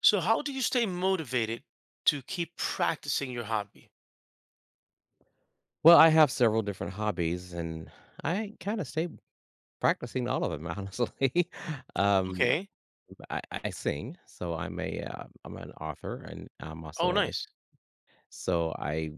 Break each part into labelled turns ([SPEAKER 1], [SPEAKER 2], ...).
[SPEAKER 1] So how do you stay motivated to keep practicing your hobby?
[SPEAKER 2] Well, I have several different hobbies, and I kind of stay practicing all of them, honestly. um,
[SPEAKER 1] Okay.
[SPEAKER 2] I sing, so I'm a I'm an author, and I'm
[SPEAKER 1] Oh,
[SPEAKER 2] also a,
[SPEAKER 1] nice.
[SPEAKER 2] so I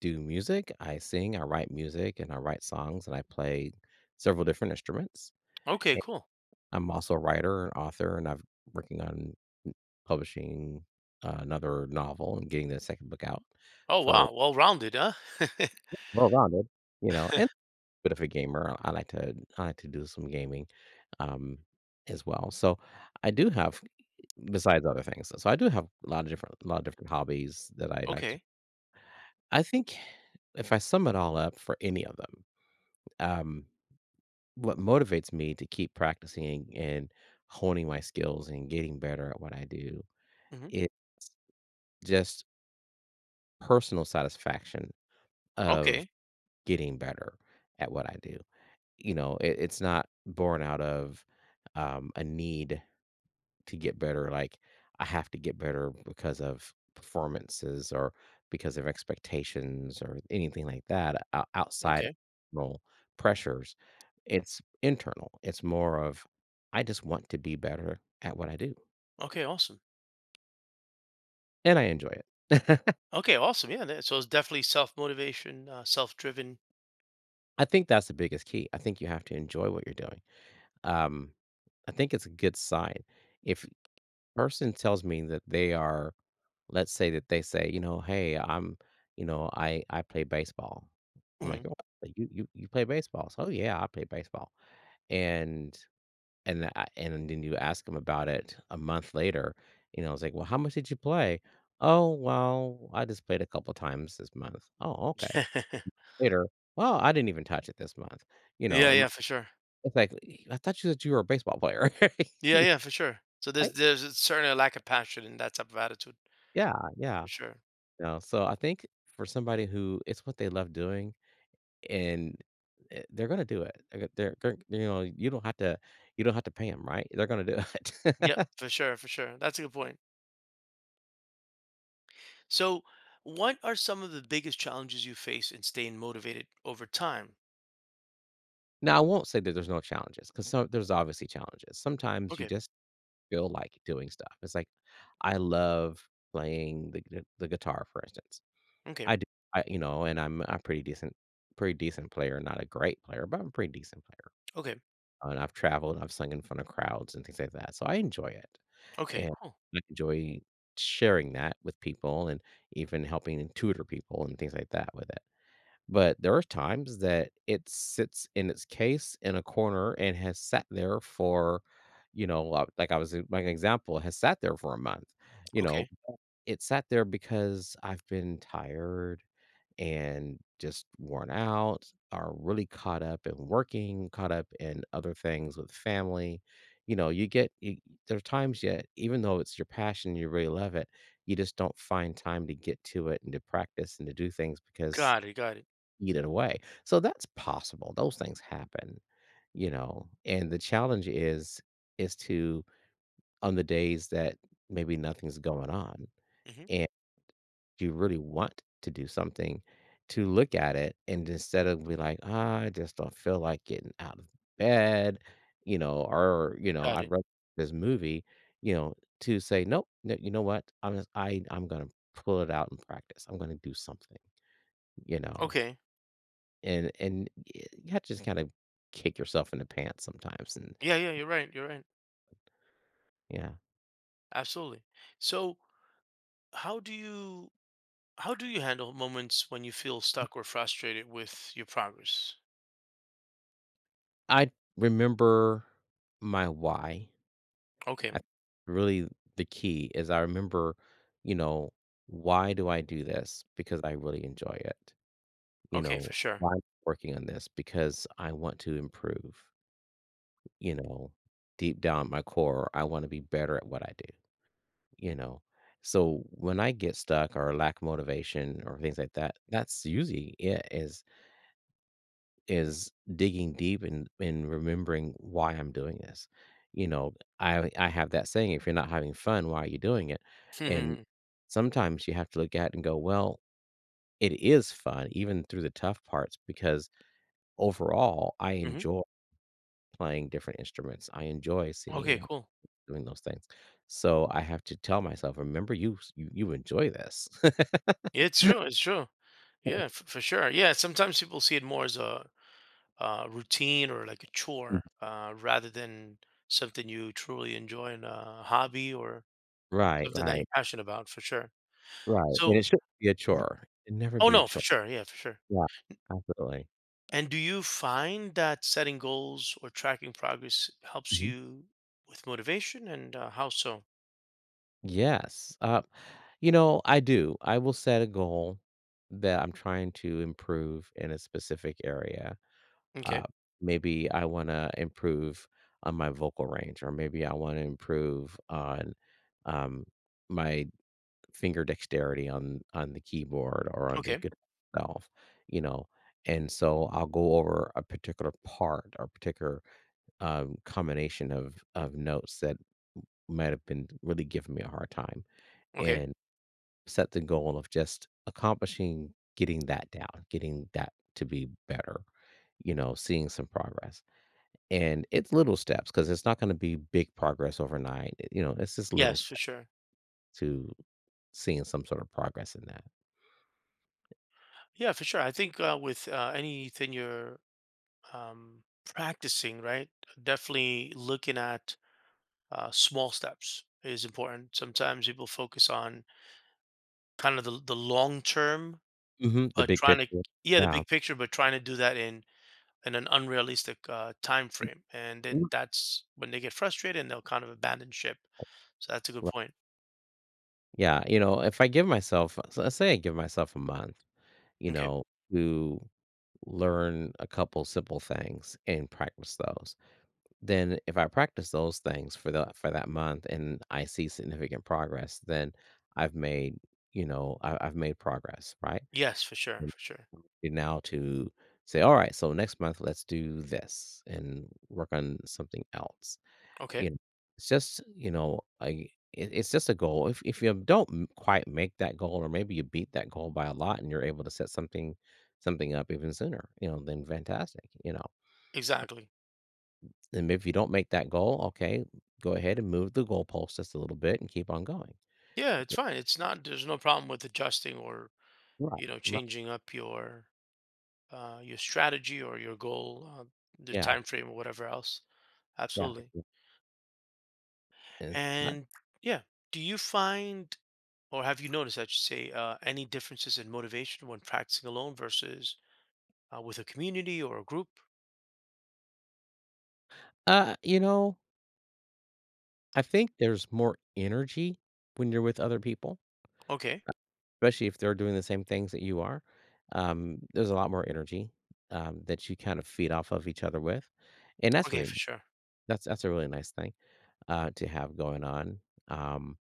[SPEAKER 2] do music. I sing, I write music, and I write songs, and I play several different instruments.
[SPEAKER 1] Okay,
[SPEAKER 2] And
[SPEAKER 1] cool.
[SPEAKER 2] I'm also a writer and author, and I'm working on publishing another novel and getting the second book out
[SPEAKER 1] Oh,
[SPEAKER 2] for
[SPEAKER 1] wow. Well-rounded, huh?
[SPEAKER 2] well rounded. And bit of a gamer. I like to I like to do some gaming, um, as well. So I do have besides other things. So I do have a lot of different hobbies that I like to
[SPEAKER 1] Okay.
[SPEAKER 2] I think if I sum it all up for any of them, um, what motivates me to keep practicing and honing my skills and getting better at what I do
[SPEAKER 1] Hmm.
[SPEAKER 2] is just personal satisfaction of
[SPEAKER 1] Okay.
[SPEAKER 2] getting better at what I do. It's not born out of a need to get better. Like I have to get better because of performances or because of expectations or anything like that outside
[SPEAKER 1] Okay.
[SPEAKER 2] external pressures. It's internal. It's more of I just want to be better at what I do
[SPEAKER 1] Okay. Awesome.
[SPEAKER 2] and I enjoy it.
[SPEAKER 1] Okay. Awesome. Yeah. So it's definitely self-motivation, self-driven.
[SPEAKER 2] I think that's the biggest key. I think you have to enjoy what you're doing. Um, I think it's a good sign. If a person tells me that they are Let's say that they say, you know, "Hey, I'm you know, I play baseball." I'm like,
[SPEAKER 1] Mhm.
[SPEAKER 2] "Oh, like, you play baseball?" "So, "Oh, yeah, I play baseball." And and I and then you ask them about it a month later, you know, it's like, "Well, how much did you play?" "Oh, well, I just played a couple times this month." "Oh, okay." Later, "Well, I didn't even touch it this month." You know,
[SPEAKER 1] Yeah.
[SPEAKER 2] and
[SPEAKER 1] Yeah. For sure.
[SPEAKER 2] it's like, "E, "I thought you said you were a baseball player."
[SPEAKER 1] Yeah. Yeah. For sure. So there's
[SPEAKER 2] Right?
[SPEAKER 1] a certain lack of passion in that type of attitude.
[SPEAKER 2] Yeah, yeah.
[SPEAKER 1] For sure.
[SPEAKER 2] No, so I think for somebody who it's what they love doing and, they're gonna do it. They're they you know, you don't have to you don't have to pay them, right? They're gonna do
[SPEAKER 1] Yep.
[SPEAKER 2] it.
[SPEAKER 1] For sure. For sure. That's a good point. So, what are some of the biggest challenges you face in staying motivated over time?
[SPEAKER 2] Now, I won't say that there's no challenges, 'cause some there's obviously challenges. Sometimes you
[SPEAKER 1] Okay,
[SPEAKER 2] just feel like doing stuff. It's like, I love playing the guitar, for instance.
[SPEAKER 1] okay,
[SPEAKER 2] I do, I you know, and I'm a pretty decent player, not a great player, but I'm a pretty decent player.
[SPEAKER 1] okay,
[SPEAKER 2] And I've traveled, I've sung in front of crowds and things like that, so I enjoy it.
[SPEAKER 1] okay,
[SPEAKER 2] And
[SPEAKER 1] cool.
[SPEAKER 2] I enjoy sharing that with people and even helping and tutor people and things like that with it. But there are times that it sits in its case in a corner and has sat there for, you know, like I was like an example, has sat there for a month. You know,
[SPEAKER 1] Okay,
[SPEAKER 2] it sat there because I've been tired and just worn out, are really caught up in working, caught up in other things with family. You know, you get you, there are times yet, even though it's your passion, you really love it, you just don't find time to get to it and to practice and to do things because
[SPEAKER 1] got it, got it.
[SPEAKER 2] you get it away. So that's possible. Those things happen, you know. And the challenge is to on the days that maybe nothing's going on
[SPEAKER 1] Hmm.
[SPEAKER 2] do you really want to do something, to look at it and instead of be like, "Ah, I just don't feel like getting out of bed," you know, or, you know,
[SPEAKER 1] Got
[SPEAKER 2] "I'd
[SPEAKER 1] it.
[SPEAKER 2] rather this movie," you know, to say, "Nope, no, you know what? I'm just I'm gonna pull it out and practice. I'm gonna do something," you know,
[SPEAKER 1] Okay.
[SPEAKER 2] and y you have to just kinda kick yourself in the pants sometimes and
[SPEAKER 1] Yeah, yeah, you're right. You're right.
[SPEAKER 2] yeah.
[SPEAKER 1] Absolutely. So, how do you how do you handle moments when you feel stuck or frustrated with your progress?
[SPEAKER 2] I remember my why I
[SPEAKER 1] Okay.
[SPEAKER 2] really the key is I remember, you know, why do I do this? Because I really enjoy it. You
[SPEAKER 1] Okay,
[SPEAKER 2] know,
[SPEAKER 1] for sure.
[SPEAKER 2] why am I working on this? Because I want to improve, you know, deep down at my core, I want to be better at what I do, you know. So when I get stuck or lack motivation or things like that, that's usually it is digging deep and remembering why I'm doing this. You know, I have that saying, if you're not having fun, why are you doing it? And
[SPEAKER 1] Hmm.
[SPEAKER 2] sometimes you have to look at it and go, well, it is fun even through the tough parts because overall I
[SPEAKER 1] Hmm.
[SPEAKER 2] enjoy playing different instruments. I enjoy
[SPEAKER 1] Okay,
[SPEAKER 2] singing,
[SPEAKER 1] cool.
[SPEAKER 2] doing those things. So I have to tell myself, remember you, you enjoy this.
[SPEAKER 1] Yeah, it's true. It's true. Yeah, for sure. Yeah, sometimes people see it more as a routine or like a chore rather than something you truly enjoy in a hobby or
[SPEAKER 2] Right,
[SPEAKER 1] something that you're
[SPEAKER 2] right,
[SPEAKER 1] passionate about for sure.
[SPEAKER 2] right. And
[SPEAKER 1] So
[SPEAKER 2] it should be a
[SPEAKER 1] Mhm.
[SPEAKER 2] chore. It never
[SPEAKER 1] Oh
[SPEAKER 2] be a
[SPEAKER 1] no, for
[SPEAKER 2] chore.
[SPEAKER 1] sure. Yeah, for sure.
[SPEAKER 2] Yeah, absolutely.
[SPEAKER 1] And do you find that setting goals or tracking progress helps
[SPEAKER 2] Mm-hmm.
[SPEAKER 1] you with motivation and how so?
[SPEAKER 2] Yes. You know, I do. I will set a goal that I'm trying to improve in a specific area.
[SPEAKER 1] Okay.
[SPEAKER 2] Uh, maybe I want to improve on my vocal range, or maybe I want to improve on um, my finger dexterity on the keyboard or on the
[SPEAKER 1] Okay.
[SPEAKER 2] guitar itself. You know, and so I'll go over a particular part or particular combination of notes that might have been really giving me a hard time
[SPEAKER 1] Okay.
[SPEAKER 2] and set the goal of just accomplishing getting that down, getting that to be better, you know, seeing some progress. And it's little steps because it's not going to be big progress overnight. You know, it's just little
[SPEAKER 1] Yes, for
[SPEAKER 2] steps
[SPEAKER 1] sure.
[SPEAKER 2] to seeing some sort of progress in that.
[SPEAKER 1] Yeah, for sure. I think with anything you're practicing, right? Definitely looking at small steps is important. Sometimes people focus on kind of the long term,
[SPEAKER 2] Mhm, the
[SPEAKER 1] but
[SPEAKER 2] big picture.
[SPEAKER 1] yeah, the
[SPEAKER 2] Yeah.
[SPEAKER 1] big picture, but trying to do that in an unrealistic time frame, and
[SPEAKER 2] Mm,
[SPEAKER 1] then that's when they get frustrated and they'll kind of abandon ship. So that's a good
[SPEAKER 2] ri
[SPEAKER 1] point.
[SPEAKER 2] Yeah, you know, if I give myself s let's say I give myself a month, you
[SPEAKER 1] Okay.
[SPEAKER 2] know, to learn a couple simple things and practice those, then if I practice those things for the for that month and I see significant progress, then I've made, you know, I've made progress, right?
[SPEAKER 1] Yes, for sure, for sure.
[SPEAKER 2] And now to say, "Alright, so next month, let's do this and work on something else."
[SPEAKER 1] Okay.
[SPEAKER 2] You know, it's just, you know, it's just a goal. If you don't quite make that goal, or maybe you beat that goal by a lot, and you're able to set something something up even sooner, you know, then fantastic. You know,
[SPEAKER 1] Exactly.
[SPEAKER 2] and if you don't make that goal, okay, go ahead and move the goalpost just a little bit and keep on going.
[SPEAKER 1] Yeah, it's
[SPEAKER 2] Yeah,
[SPEAKER 1] fine. It's not. There's no problem with adjusting or
[SPEAKER 2] right.
[SPEAKER 1] you know
[SPEAKER 2] Right.
[SPEAKER 1] changing up your strategy or your goal, the
[SPEAKER 2] Yeah.
[SPEAKER 1] time frame or whatever else.
[SPEAKER 2] Yeah.
[SPEAKER 1] Absolutely.
[SPEAKER 2] yeah. And, uh,
[SPEAKER 1] And yeah, do you find or have you noticed, I should say, any differences in motivation when practicing alone versus with a community or a group?
[SPEAKER 2] you know, I think there's more energy when you're with other people.
[SPEAKER 1] Okay.
[SPEAKER 2] Especially if they're doing the same things that you are, there's a lot more energy, that you kind of feed off of each other with, and that's
[SPEAKER 1] Okay,
[SPEAKER 2] really
[SPEAKER 1] for sure.
[SPEAKER 2] that's a really nice thing, to have going on, um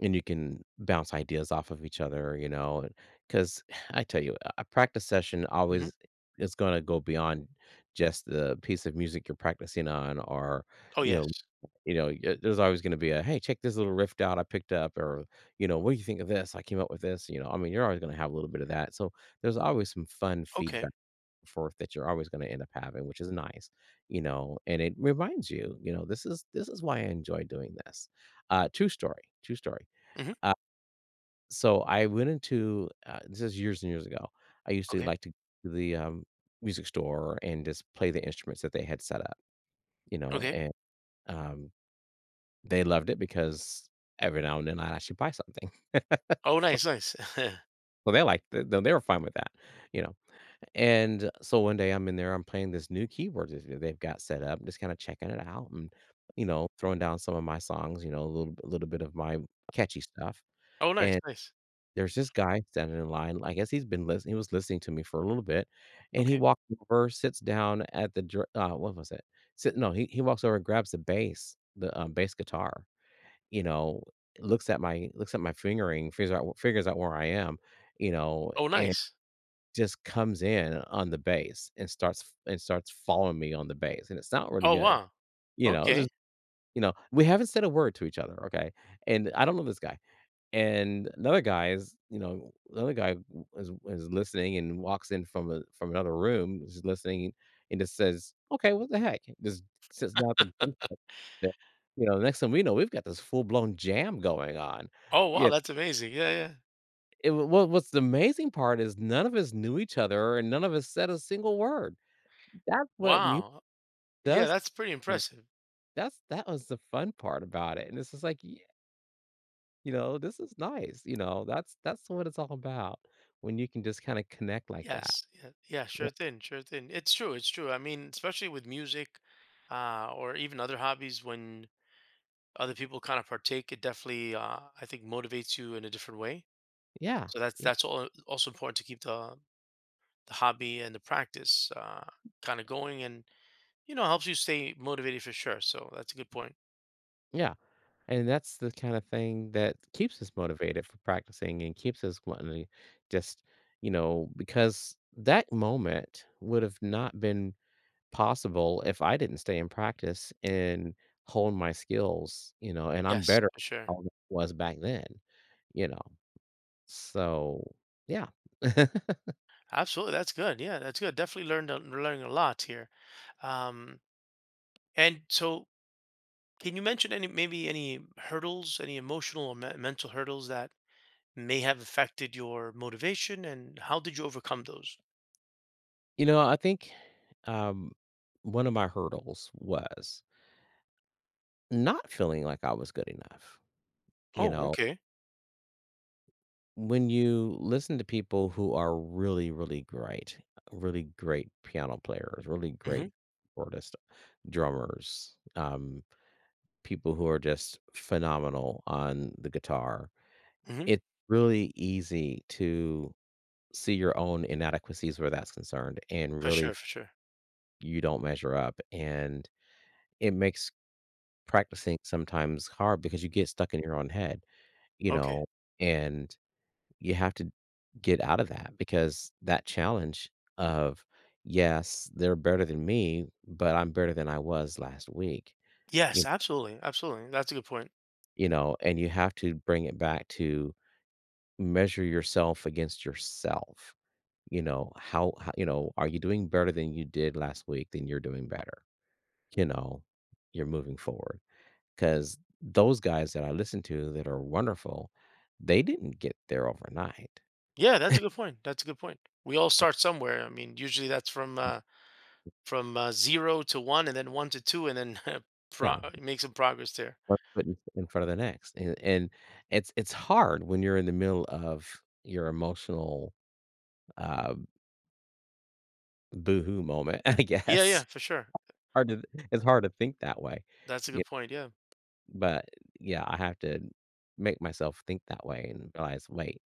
[SPEAKER 2] and you can bounce ideas off of each other, you know, because I tell you, a practice session
[SPEAKER 1] Mhm.
[SPEAKER 2] always is going to go beyond just the piece of music you're practicing on, or
[SPEAKER 1] Oh,
[SPEAKER 2] you
[SPEAKER 1] yes.
[SPEAKER 2] know, there's always going to be a hey, check this little riff out I picked up, or you know, what do you think of this? I came up with this. You know, I mean, you're always going to have a little bit of that. So there's always some fun feedback
[SPEAKER 1] Okay.
[SPEAKER 2] and forth that you're always going to end up having, which is nice, you know, and it reminds you, you know, this is why I enjoy doing this. True story, true story.
[SPEAKER 1] Mhm.
[SPEAKER 2] Uh, so I went into this is years and years ago. I used to
[SPEAKER 1] Okay.
[SPEAKER 2] like to go to the, music store and just play the instruments that they had set up, you know,
[SPEAKER 1] Okay.
[SPEAKER 2] and, um, they loved it because every now and then I'd actually buy something.
[SPEAKER 1] Oh, nice, nice.
[SPEAKER 2] So they liked it, though they were fine with that, you know, and so one day I'm in there, I'm playing this new keyboard that they've got set up, just kinda checking it out and, you know, throwing down some of my songs, you know, a little bit of my catchy stuff,
[SPEAKER 1] Oh, nice,
[SPEAKER 2] and
[SPEAKER 1] nice.
[SPEAKER 2] there's this guy standing in line, I guess he's been listening. He was listening to me for a little bit, and he
[SPEAKER 1] Okay.
[SPEAKER 2] walks over, sits down at the dr what was it? Sit no, he walks over and grabs the, bass guitar, you know, looks at my fingering, figures out where I am, you know,
[SPEAKER 1] Oh,
[SPEAKER 2] and
[SPEAKER 1] nice.
[SPEAKER 2] just comes in on the bass and starts f and starts following me on the bass, and it's not really
[SPEAKER 1] Oh,
[SPEAKER 2] good,
[SPEAKER 1] wow.
[SPEAKER 2] you know, it's
[SPEAKER 1] Okay.
[SPEAKER 2] just you know, we haven't said a word to each other, okay? And I don't know this guy. And another guy is, you know, another guy is listening and walks in from a from another room, is listening and just says, "Okay, what the heck?" Just sits down at the drum set. that- You know, next thing we know, we've got this full blown jam going on.
[SPEAKER 1] Oh, wow,
[SPEAKER 2] Yeah.
[SPEAKER 1] that's amazing. Yeah, yeah.
[SPEAKER 2] What's the amazing part is none of us knew each other and none of us said a single word. That's what music
[SPEAKER 1] Wow. Yeah,
[SPEAKER 2] does.
[SPEAKER 1] that's pretty
[SPEAKER 2] You know,
[SPEAKER 1] impressive.
[SPEAKER 2] that's that was the fun part about it. And it's just like, you know, this is nice, you know, that's what it's all about when you can just kinda connect like that.
[SPEAKER 1] Yes. Yeah. Yeah,
[SPEAKER 2] Yeah,
[SPEAKER 1] sure thing, sure thing. It's true, it's true. I mean, especially with music, or even other hobbies, when other people kind of partake, it definitely, I think motivates you in a different way.
[SPEAKER 2] yeah,
[SPEAKER 1] So
[SPEAKER 2] ye
[SPEAKER 1] that's all also important to keep the hobby and the practice kind of going, and you know helps you stay motivated for sure, so that's a good point.
[SPEAKER 2] yeah, and that's the kinda thing that keeps us motivated for practicing and keeps us wanting to just, you know, because that moment would have not been possible if I didn't stay in practice and hone my skills, you know, and I'm
[SPEAKER 1] Yes,
[SPEAKER 2] better
[SPEAKER 1] for sure.
[SPEAKER 2] now than I was back then, you know, so, yeah.
[SPEAKER 1] Absolutely, that's good. Yeah, that's good. Definitely learning a lot here. um, and so, can you mention any, maybe any hurdles, any emotional or mental hurdles that may have affected your motivation, and how did you overcome those?
[SPEAKER 2] You know, I think, um, one of my hurdles was not feeling like I was good enough. You
[SPEAKER 1] Oh,
[SPEAKER 2] know,
[SPEAKER 1] okay.
[SPEAKER 2] when you listen to people who are really, really great, really great piano players, really
[SPEAKER 1] Mm-hmm.
[SPEAKER 2] great artists, drummers, people who are just phenomenal on the guitar,
[SPEAKER 1] Mm-hmm.
[SPEAKER 2] it's really easy to see your own inadequacies where that's concerned and
[SPEAKER 1] For
[SPEAKER 2] really
[SPEAKER 1] sure, for sure.
[SPEAKER 2] you don't measure up. And it makes practicing sometimes hard because you get stuck in your own head, you
[SPEAKER 1] Okay.
[SPEAKER 2] know, and you have to get out of that because that challenge of, yes, they're better than me, but I'm better than I was last week.
[SPEAKER 1] Yes,
[SPEAKER 2] you,
[SPEAKER 1] absolutely, absolutely, that's a good point.
[SPEAKER 2] you know, and you have to bring it back to measure yourself against yourself. You know, how, you know, are you doing better than you did last week? Then you're doing better. You know, you're moving forward. Because those guys that I listen to that are wonderful, they didn't get there overnight.
[SPEAKER 1] Yeah, that's a good point. That's a good point. We all
[SPEAKER 2] Y
[SPEAKER 1] start somewhere. I mean, usually that's from zero to one, and then one to two, and then
[SPEAKER 2] Yeah,
[SPEAKER 1] make some progress there.
[SPEAKER 2] one foot in front of the next, and it's hard when you're in the middle of your emotional, uh, boohoo moment, I
[SPEAKER 1] Yeah,
[SPEAKER 2] guess.
[SPEAKER 1] yeah, for sure.
[SPEAKER 2] Hard to It's hard to think that way.
[SPEAKER 1] That's a
[SPEAKER 2] Yeah,
[SPEAKER 1] good point. Yeah,
[SPEAKER 2] but, yeah, I have to make myself think that way and realize, "Wait,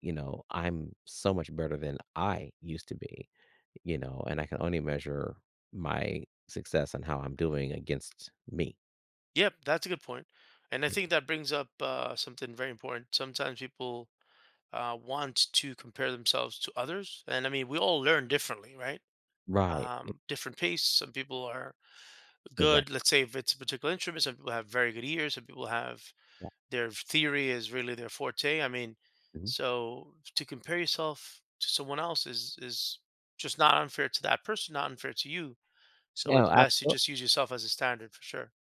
[SPEAKER 2] you know, I'm so much better than I used to be." You know, and I can only measure my success and how I'm doing against me.
[SPEAKER 1] yep, that's a good point. And I think that brings up something very important. Sometimes people want to compare themselves to others, and I mean, we all learn differently, right?
[SPEAKER 2] Right.
[SPEAKER 1] Different pace. Some people are good.
[SPEAKER 2] Exactly.
[SPEAKER 1] Let's say if it's a particular instrument, some people have very good ears. Some people have
[SPEAKER 2] Yeah.
[SPEAKER 1] their theory is really their forte. I mean,
[SPEAKER 2] Mhm.
[SPEAKER 1] so to compare yourself to someone else is just not unfair to that person, not unfair to you. So it's
[SPEAKER 2] No,
[SPEAKER 1] best to
[SPEAKER 2] absolutely.
[SPEAKER 1] just use yourself as a standard for sure.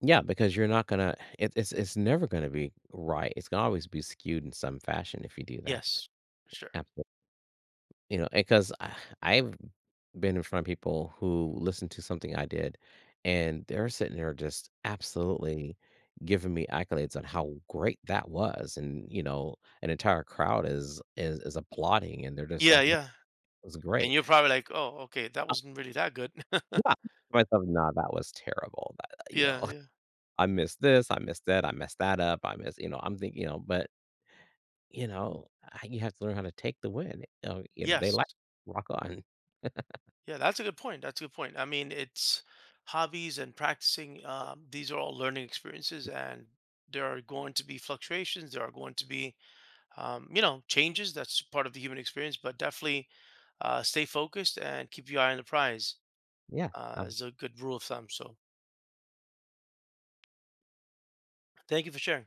[SPEAKER 2] Yeah, because you're not gonna. It's never gonna be right. It's gonna always be skewed in some fashion if you do that.
[SPEAKER 1] Yes, for sure.
[SPEAKER 2] Absolutely. You know, because I've been in front of people who listened to something I did, and they're sitting there just absolutely giving me accolades on how great that was, and you know, an entire crowd is is applauding, and they're just
[SPEAKER 1] Yeah,
[SPEAKER 2] like,
[SPEAKER 1] yeah.
[SPEAKER 2] was great.
[SPEAKER 1] And you're probably like, oh, okay, that wasn't really that good.
[SPEAKER 2] Yeah, I myself, "Nah, that was terrible. That you know,
[SPEAKER 1] Yeah, yeah.
[SPEAKER 2] I missed this, I missed that, I messed that up, I missed," you know, I'm thinking, you know, but, you know, I you have to learn how to take the win. You know, you know, they
[SPEAKER 1] Yes.
[SPEAKER 2] like rock on.
[SPEAKER 1] Yeah, that's a good point. That's a good point. I mean, it's hobbies and practicing. These are all learning experiences, and there are going to be fluctuations. There are going to be you know, changes. That's part of the human experience, but definitely stay focused and keep your eye on the prize
[SPEAKER 2] Yeah,
[SPEAKER 1] is a good rule of thumb. So thank you for sharing.